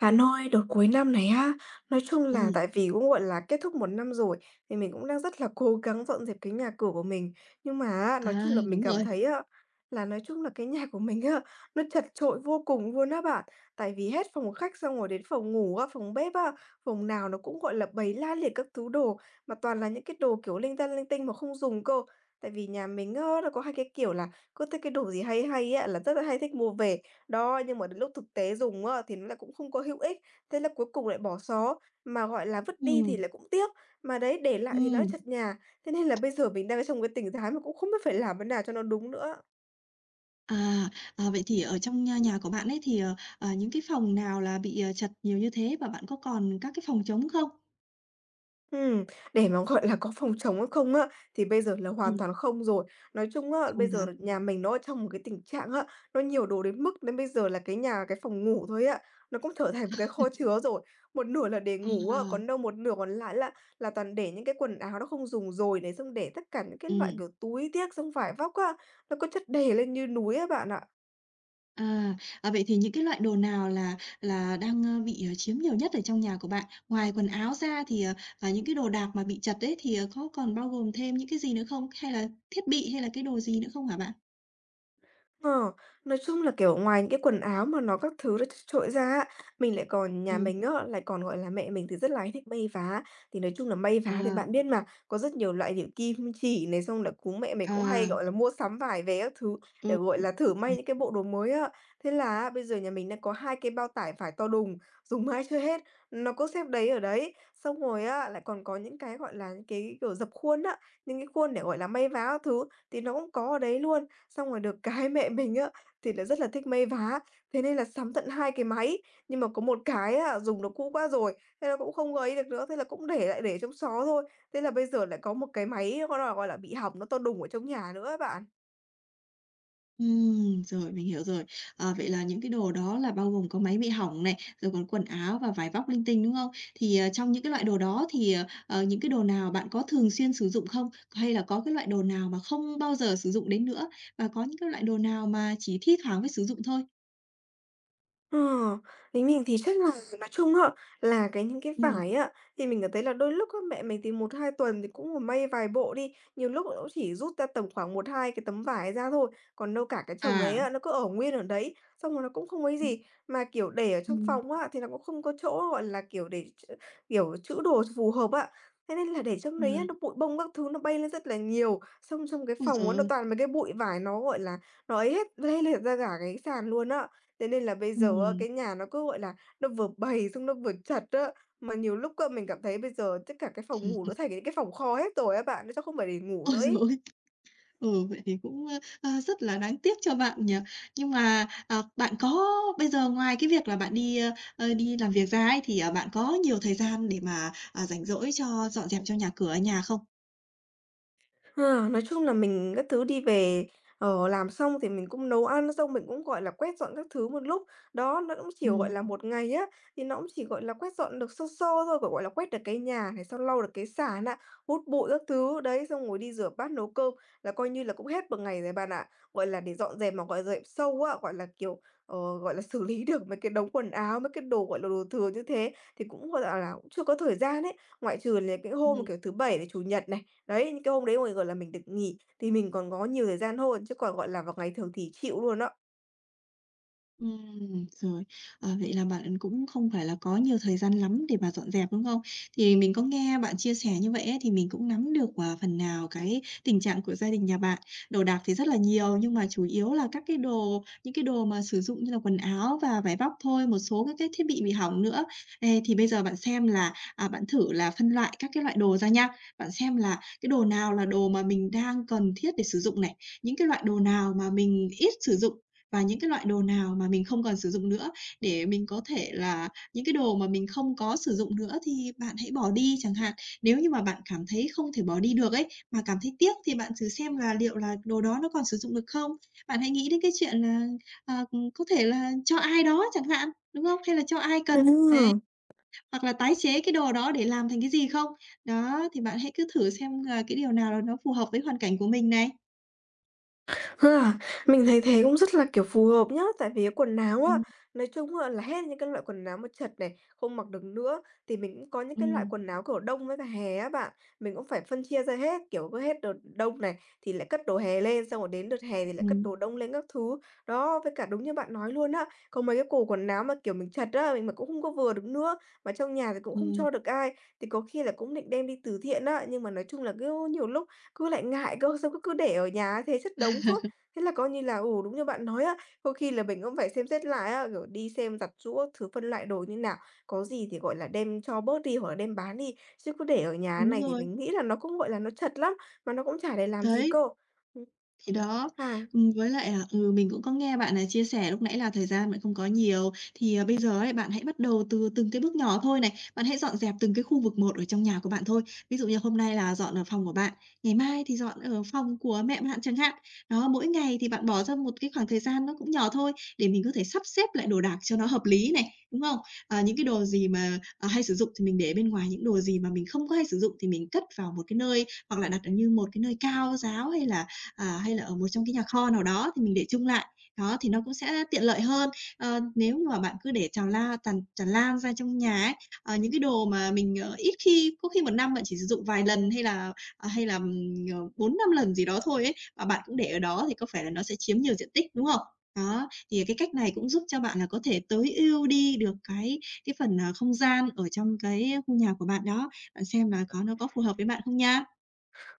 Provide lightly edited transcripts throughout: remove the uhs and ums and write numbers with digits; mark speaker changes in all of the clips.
Speaker 1: Bạn ơi, đợt cuối năm này á, nói chung là
Speaker 2: Ừm,
Speaker 1: tại vì cũng, gọi là, kết thúc một năm rồi, thì mình cũng đang rất là cố gắng dọn dẹp cái nhà cửa của mình. Nhưng mà á, nói chung là mình
Speaker 2: đúng
Speaker 1: cảm
Speaker 2: rồi.
Speaker 1: thấy á, là nói chung là cái nhà của mình á, nó chật chội vô cùng luôn á bạn. Tại vì hết phòng khách xong rồi đến phòng ngủ á, phòng bếp á, phòng nào nó cũng, gọi là, bày la liệt các thứ đồ, mà toàn là những cái đồ, kiểu, linh ta linh tinh mà không dùng cơ. Tại vì nhà mình á, nó có hai cái kiểu là cứ thích cái đồ gì hay hay á, là rất là hay thích mua về. Đó, nhưng mà đến lúc thực tế dùng á, thì nó lại cũng không có hữu ích, thế là cuối cùng lại bỏ xó, mà, gọi là, vứt đi
Speaker 2: Ừm,
Speaker 1: thì lại cũng tiếc, mà đấy, để lại thì nó
Speaker 2: ừm.
Speaker 1: chật nhà. Thế nên là bây giờ mình đang trong cái tình thái mà cũng không biết phải làm thế nào cho nó đúng nữa.
Speaker 2: À, vậy thì ở trong, nhà của bạn ấy thì, những cái phòng nào là bị, chật nhiều như thế và bạn có còn các cái phòng trống không?
Speaker 1: Ừm, để mà, gọi là, có phòng chống hay không á, thì bây giờ là hoàn
Speaker 2: Ừm,
Speaker 1: toàn không rồi. Nói chung á, bây
Speaker 2: không
Speaker 1: giờ
Speaker 2: hả?
Speaker 1: nhà mình nó ở trong một cái tình trạng á, nó nhiều đồ đến mức đến bây giờ là cái nhà cái phòng ngủ thôi á, nó cũng trở thành một cái kho chứa rồi. Một nửa là để ngủ á,
Speaker 2: À,
Speaker 1: còn đâu một nửa còn lại là toàn để những cái quần áo nó không dùng rồi này, xong để tất cả những cái loại,
Speaker 2: ừm,
Speaker 1: kiểu, túi tiếc, xong vải vóc á, nó cứ chất đầy lên như núi á bạn ạ.
Speaker 2: à, vậy thì những cái loại đồ nào là đang, bị, chiếm nhiều nhất ở trong nhà của bạn? Ngoài quần áo ra thì, những cái đồ đạc mà bị chật ấy thì, có còn bao gồm thêm những cái gì nữa không? Hay là thiết bị hay là cái đồ gì nữa không hả bạn?
Speaker 1: Ờ, nói chung là, kiểu, ngoài những cái quần áo mà nó các thứ nó chật chội ra á, mình lại còn nhà
Speaker 2: Ừm,
Speaker 1: mình á, lại còn, gọi là, mẹ mình thì rất là hay thích may vá. Thì nói chung là may vá thì
Speaker 2: à,
Speaker 1: bạn biết mà, có rất nhiều loại kiểu kim chỉ này, xong là cú mẹ mình cũng hay,
Speaker 2: à,
Speaker 1: gọi là, mua sắm vải về các thứ để, gọi là, thử may
Speaker 2: ừm.
Speaker 1: những cái bộ đồ mới á. Thế là á, bây giờ nhà mình đang có 2 cái bao tải vải to đùng, dùng mãi chưa hết, nó cứ xếp đấy ở đấy. Xong rồi á, lại còn có những cái, gọi là, những cái, kiểu, dập khuôn á, những cái khuôn để, gọi là, may vá các thứ thì nó cũng có ở đấy luôn. Xong rồi được cái mẹ mình á, thì là rất là thích may vá, thế nên là sắm tận 2 cái máy, nhưng mà có một cái á, dùng nó cũ quá rồi, thế là cũng không ấy được nữa, thế là cũng để lại để trong xó thôi. Thế là bây giờ lại có một cái máy, gọi là, bị hỏng, nó to đùng ở trong nhà nữa á bạn.
Speaker 2: Rồi, mình hiểu rồi. Ờ, vậy là những cái đồ đó là bao gồm có máy bị hỏng này, rồi còn quần áo và vải vóc linh tinh, đúng không? Thì, trong những cái loại đồ đó thì, những cái đồ nào bạn có thường xuyên sử dụng không? Hay là có cái loại đồ nào mà không bao giờ sử dụng đến nữa? Và có những cái loại đồ nào mà chỉ thi thoảng mới sử dụng thôi?
Speaker 1: Ờ, với mình thì chắc là nói chung á, là cái những cái
Speaker 2: Ừm,
Speaker 1: vải á, thì mình cảm thấy là đôi lúc á, mẹ mình thì một hai tuần thì cũng ngồi may vài bộ đi, nhiều lúc cũng chỉ rút ra tầm khoảng một hai cái tấm vải ra thôi, còn đâu cả cái chồng đấy
Speaker 2: à,
Speaker 1: á, nó cứ ở nguyên ở đấy, xong rồi nó cũng không ấy
Speaker 2: ừm,
Speaker 1: gì. Mà, kiểu, để ở trong
Speaker 2: ừm,
Speaker 1: phòng á, thì nó cũng không có chỗ, gọi là, kiểu, để ch kiểu, trữ đồ phù hợp á, thế nên là để trong
Speaker 2: à,
Speaker 1: đấy á, nó bụi bông các thứ nó bay lên rất là nhiều, xong trong cái
Speaker 2: ôi trời
Speaker 1: phòng á, nó
Speaker 2: ơi!
Speaker 1: toàn mấy cái bụi vải nó, gọi là, nó ấy hết lây liệt ra cả cái sàn luôn á. Thế nên là bây giờ á,
Speaker 2: Ừm,
Speaker 1: cái nhà nó cứ, gọi là, nó vừa bầy xong nó vừa chật á, mà nhiều lúc á, mình cảm thấy bây giờ tất cả cái phòng ngủ nó thành những cái phòng kho hết rồi á bạn, nó chắc không phải để ngủ
Speaker 2: ôi
Speaker 1: nữa
Speaker 2: giời.
Speaker 1: ấy.
Speaker 2: Ừ, vậy thì cũng, rất là đáng tiếc cho bạn nhỉ. Nhưng mà, bạn có bây giờ ngoài cái việc là bạn đi làm việc ra ấy, thì, bạn có nhiều thời gian để mà, rảnh rỗi cho dọn dẹp cho nhà cửa ở nhà không?
Speaker 1: Ha, nói chung là mình các thứ đi về, làm xong thì mình cũng nấu ăn, xong mình cũng, gọi là, quét dọn các thứ một lúc. Đó, nó cũng chỉ, gọi
Speaker 2: Ừm.
Speaker 1: là, một ngày á, thì nó cũng chỉ, gọi là, quét dọn được sơ sơ thôi, kiểu, gọi là, quét được cái nhà này, xong lau được cái sàn á, hút bụi các thứ, đấy, xong ngồi đi rửa bát, nấu cơm là coi như là cũng hết một ngày rồi bạn ạ. Gọi là, để dọn dẹp mà, gọi dẹp sâu á, gọi là, kiểu, gọi là, xử lý được mấy cái đống quần áo, mấy cái đồ, gọi là, đồ thừa như thế thì cũng, gọi là, cũng chưa có thời gian ấy, ngoại trừ là cái hôm mà,
Speaker 2: Ừm.
Speaker 1: kiểu, thứ Bảy này, Chủ nhật này, đấy, những cái hôm đấy mà, gọi là, mình được nghỉ thì mình còn có nhiều thời gian hơn, chứ còn, gọi là, vào ngày thường thì chịu luôn đó.
Speaker 2: Rồi. À, vậy là bạn cũng không phải là có nhiều thời gian lắm để mà dọn dẹp, đúng không? Thì mình có nghe bạn chia sẻ như vậy ấy, thì mình cũng nắm được, phần nào cái tình trạng của gia đình nhà bạn. Đồ đạc thì rất là nhiều, nhưng mà chủ yếu là các cái đồ những cái đồ mà sử dụng như là quần áo và vải vóc thôi, một số các cái thiết bị hỏng nữa. Ê, thì bây giờ bạn xem là, bạn thử là phân loại các cái loại đồ ra nha. Bạn xem là cái đồ nào là đồ mà mình đang cần thiết để sử dụng này, những cái loại đồ nào mà mình ít sử dụng và những cái loại đồ nào mà mình không còn sử dụng nữa để mình có thể là những cái đồ mà mình không có sử dụng nữa thì bạn hãy bỏ đi chẳng hạn. Nếu như mà bạn cảm thấy không thể bỏ đi được ấy, mà cảm thấy tiếc thì bạn thử xem là liệu là đồ đó nó còn sử dụng được không? Bạn hãy nghĩ đến cái chuyện là, ờ, có thể là cho ai đó chẳng hạn, đúng không? Hay là cho ai cần,
Speaker 1: Ừm.
Speaker 2: hoặc là tái chế cái đồ đó để làm thành cái gì không? Đó, thì bạn hãy cứ thử xem là cái điều nào là nó phù hợp với hoàn cảnh của mình này.
Speaker 1: Ha, mình thấy thế cũng rất là, kiểu, phù hợp nhá, tại vì cái quần áo á,
Speaker 2: Ừm,
Speaker 1: nói chung á là hết những cái loại quần áo mà chật này, không mặc được nữa, thì mình cũng có những cái loại
Speaker 2: ừm,
Speaker 1: quần áo, kiểu, đông với cả hè á bạn, mình cũng phải phân chia ra hết, kiểu, cứ hết đợt đông này thì lại cất đồ hè lên, xong rồi đến đợt hè thì lại cất đồ
Speaker 2: ừm,
Speaker 1: đông lên các thứ. Đó, với cả đúng như bạn nói luôn á, có mấy cái cổ quần áo mà, kiểu, mình chật á, mình mà cũng không có vừa được nữa, mà trong nhà thì cũng không
Speaker 2: ừm.
Speaker 1: cho được ai, thì có khi là cũng định đem đi từ thiện á, nhưng mà nói chung là cứ nhiều lúc cứ lại ngại cơ, xong cứ cứ để ở nhà thế chất đống suốt. Thế là coi như là, ừ, đúng như bạn nói á, có khi là mình cũng phải xem xét lại á, kiểu, đi xem giặt giũ thứ, phân loại đồ như nào, có gì thì, gọi là, đem cho bớt đi hoặc là đem bán đi, chứ cứ để ở nhà
Speaker 2: Đúng
Speaker 1: này thì
Speaker 2: rồi,
Speaker 1: mình nghĩ là nó cũng, gọi là, nó chật lắm, mà nó cũng chả để làm gì
Speaker 2: đấy.
Speaker 1: cơ. Ừm,
Speaker 2: Thì đó,
Speaker 1: à.
Speaker 2: với lại là, mình cũng có nghe bạn này chia sẻ lúc nãy là thời gian bạn không có nhiều, thì, bây giờ ấy, bạn hãy bắt đầu từ từng cái bước nhỏ thôi này, bạn hãy dọn dẹp từng cái khu vực một ở trong nhà của bạn thôi. Ví dụ như hôm nay là dọn ở phòng của bạn, ngày mai thì dọn ở phòng của mẹ bạn chẳng hạn. Đó, mỗi ngày thì bạn bỏ ra một cái khoảng thời gian nó cũng nhỏ thôi, để mình có thể sắp xếp lại đồ đạc cho nó hợp lý này, đúng không? Ờ, những cái đồ gì mà, hay sử dụng thì mình để bên ngoài, những đồ gì mà mình không có hay sử dụng thì mình cất vào một cái nơi hoặc là đặt ở như một cái nơi cao ráo hay là ở một trong cái nhà kho nào đó thì mình để chung lại. Đó, thì nó cũng sẽ tiện lợi hơn. Ờ, nếu như mà bạn cứ để trào la tràn tràn lan ra trong nhà ấy, những cái đồ mà mình, ít khi có khi một năm bạn chỉ sử dụng vài lần hay là 4-5 lần gì đó thôi ấy, mà bạn cũng để ở đó thì có phải là nó sẽ chiếm nhiều diện tích, đúng không? Đó, thì cái cách này cũng giúp cho bạn là có thể tối ưu đi được cái phần, không gian ở trong cái khu nhà của bạn đó. Bạn xem là nó có phù hợp với bạn không nha?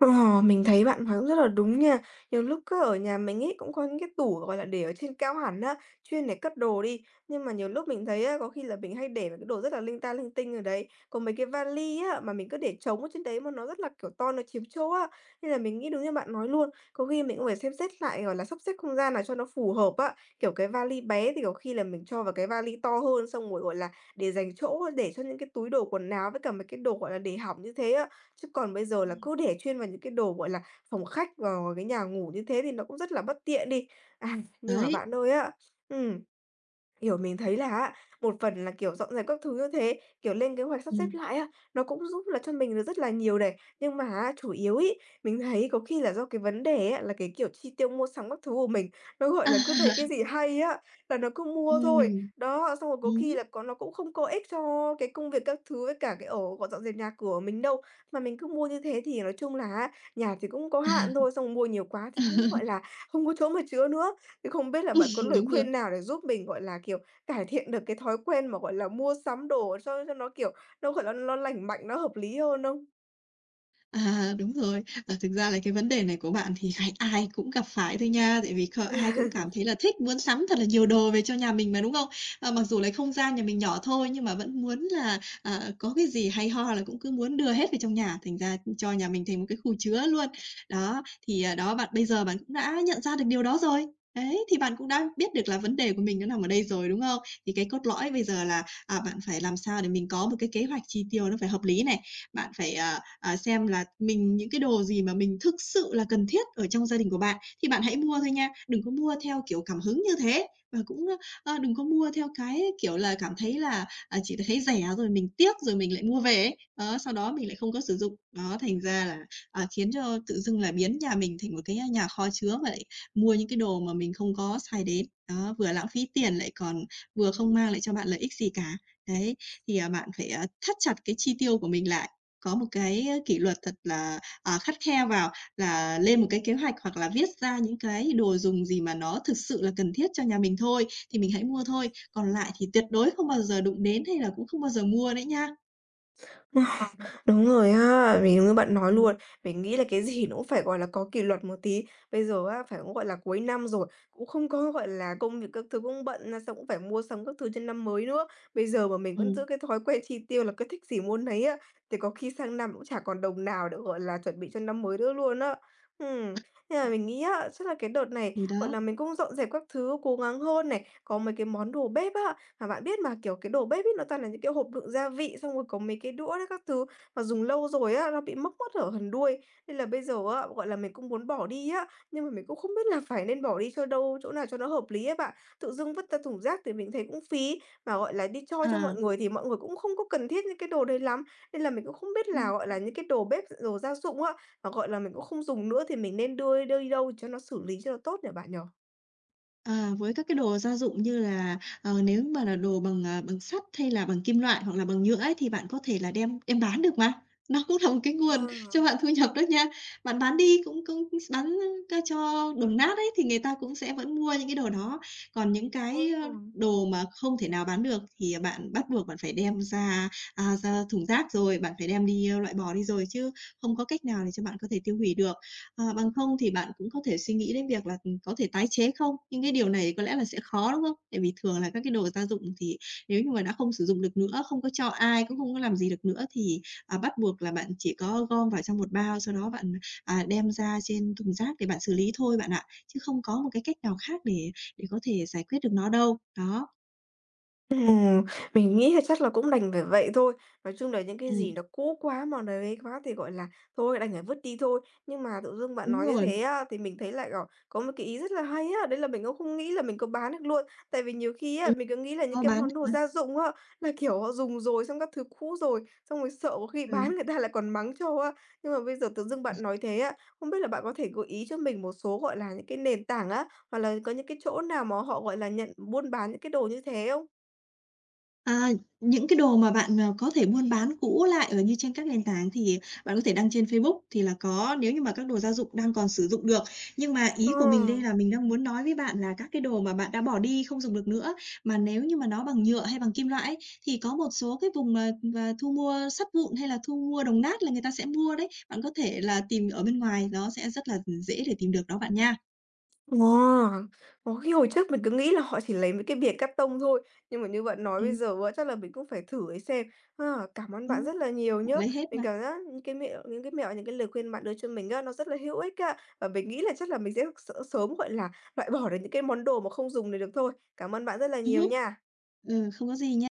Speaker 1: Ờ, mình thấy bạn nói cũng rất là đúng nha. Nhiều lúc cứ ở nhà mình ấy cũng có những cái tủ, gọi là, để ở trên cao hẳn á, chuyên để cất đồ đi. Nhưng mà nhiều lúc mình thấy á, có khi là mình hay để mấy cái đồ rất là linh ta linh tinh ở đấy. Còn mấy cái vali á, mà mình cứ để trống ở trên đấy mà nó rất là, kiểu, to, nó chiếm chỗ á. Nên là mình nghĩ đúng như bạn nói luôn, có khi mình cũng phải xem xét lại, gọi là, sắp xếp không gian nào cho nó phù hợp á. Kiểu, cái vali bé thì có khi là mình cho vào cái vali to hơn, xong rồi, gọi là, để dành chỗ để cho những cái túi đồ quần áo với cả mấy cái đồ, gọi là, để hỏng như thế á. Chứ còn bây giờ là
Speaker 2: Ừm,
Speaker 1: cứ để chuyên vào những cái đồ, gọi là, phòng khách, vào cái nhà ngủ như thế thì nó cũng rất là bất tiện đi. À, nhưng mà
Speaker 2: đấy,
Speaker 1: bạn ơi á, ừm, Kiểu, mình thấy là á, một phần là, kiểu, dọn dẹp các thứ như thế, kiểu, lên kế hoạch sắp xếp
Speaker 2: ừm.
Speaker 1: lại á, nó cũng giúp là cho mình được rất là nhiều này. Nhưng mà á, chủ yếu ý mình thấy có khi là do cái vấn đề á, là cái kiểu chi tiêu mua sắm các thứ của mình, nó, gọi là, cứ thấy cái gì hay á, là nó cứ mua thôi.
Speaker 2: Ừm,
Speaker 1: Đó, xong rồi có
Speaker 2: ừm.
Speaker 1: khi là có nó cũng không có ích cho cái công việc các thứ với cả cái ở gọi dọn dẹp nhà cửa của mình đâu. Mà mình cứ mua như thế thì nói chung là á, nhà thì cũng có hạn thôi, xong rồi mua nhiều quá thì cũng, gọi là, không có chỗ mà chứa nữa. Thì không biết là bạn có lời
Speaker 2: Đúng rồi.
Speaker 1: khuyên nào để giúp mình, gọi là, kiểu, cải thiện được cái thói quen mà, gọi là, mua sắm đồ cho nó, kiểu, nó, gọi là, nó lành mạnh, nó hợp lý hơn không?
Speaker 2: À, đúng rồi. Ờ, thực ra là cái vấn đề này của bạn thì ai ai cũng gặp phải thôi nha, tại vì ai cũng cảm thấy là thích muốn sắm thật là nhiều đồ về cho nhà mình mà, đúng không? Ờ, mặc dù là không gian nhà mình nhỏ thôi nhưng mà vẫn muốn là, có cái gì hay ho là cũng cứ muốn đưa hết về trong nhà, thành ra cho nhà mình thành một cái khu chứa luôn. Đó, thì, đó, bạn bây giờ bạn cũng đã nhận ra được điều đó rồi. Đấy, thì bạn cũng đã biết được là vấn đề của mình nó nằm ở đây rồi, đúng không? Thì cái cốt lõi bây giờ là, bạn phải làm sao để mình có một cái kế hoạch chi tiêu nó phải hợp lý này, bạn phải, xem là mình những cái đồ gì mà mình thực sự là cần thiết ở trong gia đình của bạn thì bạn hãy mua thôi nha, đừng có mua theo kiểu cảm hứng như thế và cũng, đừng có mua theo cái kiểu là cảm thấy là, chỉ thấy rẻ rồi mình tiếc rồi mình lại mua về ấy. Đó, sau đó mình lại không có sử dụng. Nó thành ra là, khiến cho tự dưng là biến nhà mình thành một cái nhà kho chứa và lại mua những cái đồ mà mình không có xài đến. Đó, vừa lãng phí tiền lại còn vừa không mang lại cho bạn lợi ích gì cả. Đấy, thì, bạn phải, thắt chặt cái chi tiêu của mình lại. Có một cái kỷ luật thật là, khắt khe vào là lên một cái kế hoạch hoặc là viết ra những cái đồ dùng gì mà nó thực sự là cần thiết cho nhà mình thôi, thì mình hãy mua thôi, còn lại thì tuyệt đối không bao giờ đụng đến hay là cũng không bao giờ mua đấy nha.
Speaker 1: Đúng rồi á, mình đúng như bạn nói
Speaker 2: Ừm,
Speaker 1: luôn. Mình nghĩ là cái gì nó cũng phải, gọi là, có kỷ luật một tí. Bây giờ á, phải cũng, gọi là, cuối năm rồi, cũng không có, gọi là, công việc các thứ cũng bận là xong cũng phải mua sắm các thứ cho năm mới nữa. Bây giờ mà mình vẫn
Speaker 2: ừm,
Speaker 1: giữ cái thói quen chi tiêu là cứ thích gì mua nấy á, thì có khi sang năm cũng chả còn đồng nào để, gọi là, chuẩn bị cho năm mới nữa luôn á. Ừm, nên là mình nghĩ á, chắc là cái đợt này,
Speaker 2: thì
Speaker 1: gọi
Speaker 2: đó,
Speaker 1: là, mình cũng dọn dẹp các thứ, cố gắng hơn này, có mấy cái món đồ bếp á, mà bạn biết mà, kiểu, cái đồ bếp ấy nó toàn là những cái hộp đựng gia vị, xong rồi có mấy cái đũa đấy các thứ, mà dùng lâu rồi á, nó bị mốc mất ở phần đuôi. Nên là bây giờ á, gọi là, mình cũng muốn bỏ đi á, nhưng mà mình cũng không biết là phải nên bỏ đi cho đâu chỗ nào cho nó hợp lý á bạn. Tự dưng vứt ra thùng rác thì mình thấy cũng phí, mà, gọi là, đi cho mọi
Speaker 2: à.
Speaker 1: người thì mọi người cũng không có cần thiết những cái đồ đấy lắm. Nên là mình cũng không biết là,
Speaker 2: Ừ.
Speaker 1: gọi là, những cái đồ bếp, đồ gia dụng á, mà, gọi là, mình cũng không dùng nữa thì mình nên đưa đưa đi đâu cho nó xử lý cho nó tốt nhỉ bạn nhỉ?
Speaker 2: À, với các cái đồ gia dụng như là, nếu mà là đồ bằng sắt hay là bằng kim loại hoặc là bằng nhựa ấy, thì bạn có thể là đem đem bán được mà. Nó cũng là một cái
Speaker 1: Ờ,
Speaker 2: nguồn cho bạn thu nhập đó nha. Bạn bán đi cũng cũng bán, cho đồng nát ấy, thì người ta cũng sẽ vẫn mua những cái đồ đó. Còn những cái,
Speaker 1: ờ.
Speaker 2: đồ mà không thể nào bán được thì bạn bắt buộc bạn phải đem ra thùng rác rồi, bạn phải đem đi, loại bỏ đi rồi, chứ không có cách nào để cho bạn có thể tiêu hủy được. Ờ, bằng không thì bạn cũng có thể suy nghĩ đến việc là, có thể tái chế không? Nhưng cái điều này có lẽ là sẽ khó, đúng không? Tại vì thường là các cái đồ gia dụng thì nếu như mà đã không sử dụng được nữa, không có cho ai, cũng không có làm gì được nữa thì, bắt buộc là bạn chỉ có gom vào trong một bao, sau đó bạn, đem ra trên thùng rác để bạn xử lý thôi bạn ạ, chứ không có một cái cách nào khác để có thể giải quyết được nó đâu. Đó,
Speaker 1: Ừm, mình nghĩ là chắc là cũng đành phải vậy thôi. Nói chung là những cái gì
Speaker 2: ừm,
Speaker 1: nó cũ quá mà đấy quá thì, gọi là, thôi đành phải vứt đi thôi. Nhưng mà tự dưng bạn
Speaker 2: đúng
Speaker 1: nói như
Speaker 2: rồi,
Speaker 1: thế á, thì mình thấy lại, ờ, có một cái ý rất là hay á, đấy là mình cũng không nghĩ là mình có bán được luôn. Tại vì nhiều khi á,
Speaker 2: ừm,
Speaker 1: mình cứ nghĩ là những
Speaker 2: có
Speaker 1: cái
Speaker 2: bán
Speaker 1: món
Speaker 2: được
Speaker 1: đồ
Speaker 2: mà,
Speaker 1: gia dụng á, là, kiểu, họ dùng rồi, xong các thứ cũ rồi, xong rồi sợ có khi bán
Speaker 2: ừ.
Speaker 1: người ta lại còn mắng cho á. Nhưng mà bây giờ tự dưng bạn nói thế á, không biết là bạn có thể gợi ý cho mình một số, gọi là, những cái nền tảng á, hoặc là có những cái chỗ nào mà họ, gọi là, nhận buôn bán những cái đồ như thế không?
Speaker 2: À, những cái đồ mà bạn, có thể buôn bán cũ lại ở như trên các nền tảng thì bạn có thể đăng trên Facebook thì là có nếu như mà các đồ gia dụng đang còn sử dụng được. Nhưng mà
Speaker 1: Ờ,
Speaker 2: ý của mình đây là mình đang muốn nói với bạn là các cái đồ mà bạn đã bỏ đi không dùng được nữa, mà nếu như mà nó bằng nhựa hay bằng kim loại ấy, thì có một số cái vùng mà thu mua sắt vụn hay là thu mua đồng nát là người ta sẽ mua đấy. Bạn có thể là tìm ở bên ngoài, nó sẽ rất là dễ để tìm được đó bạn nha.
Speaker 1: ờ. Ủa, cái hồi trước mình cứ nghĩ là họ chỉ lấy mấy cái bìa cát tông thôi, nhưng mà như bạn nói bây
Speaker 2: Ừm,
Speaker 1: giờ á, chắc là mình cũng phải thử ấy xem. Ha, cảm ơn bạn
Speaker 2: ừm,
Speaker 1: rất là nhiều
Speaker 2: họ
Speaker 1: nhá.
Speaker 2: lấy hết
Speaker 1: Mình
Speaker 2: mà.
Speaker 1: cảm giác những cái mẹo những cái lời khuyên bạn đưa cho mình á, nó rất là hữu ích á. Và mình nghĩ là chắc là mình sẽ sớm, gọi là, loại bỏ được những cái món đồ mà không dùng này được thôi. Cảm ơn bạn rất là nhiều
Speaker 2: Ừm,
Speaker 1: nha.
Speaker 2: ừ, không có gì nha.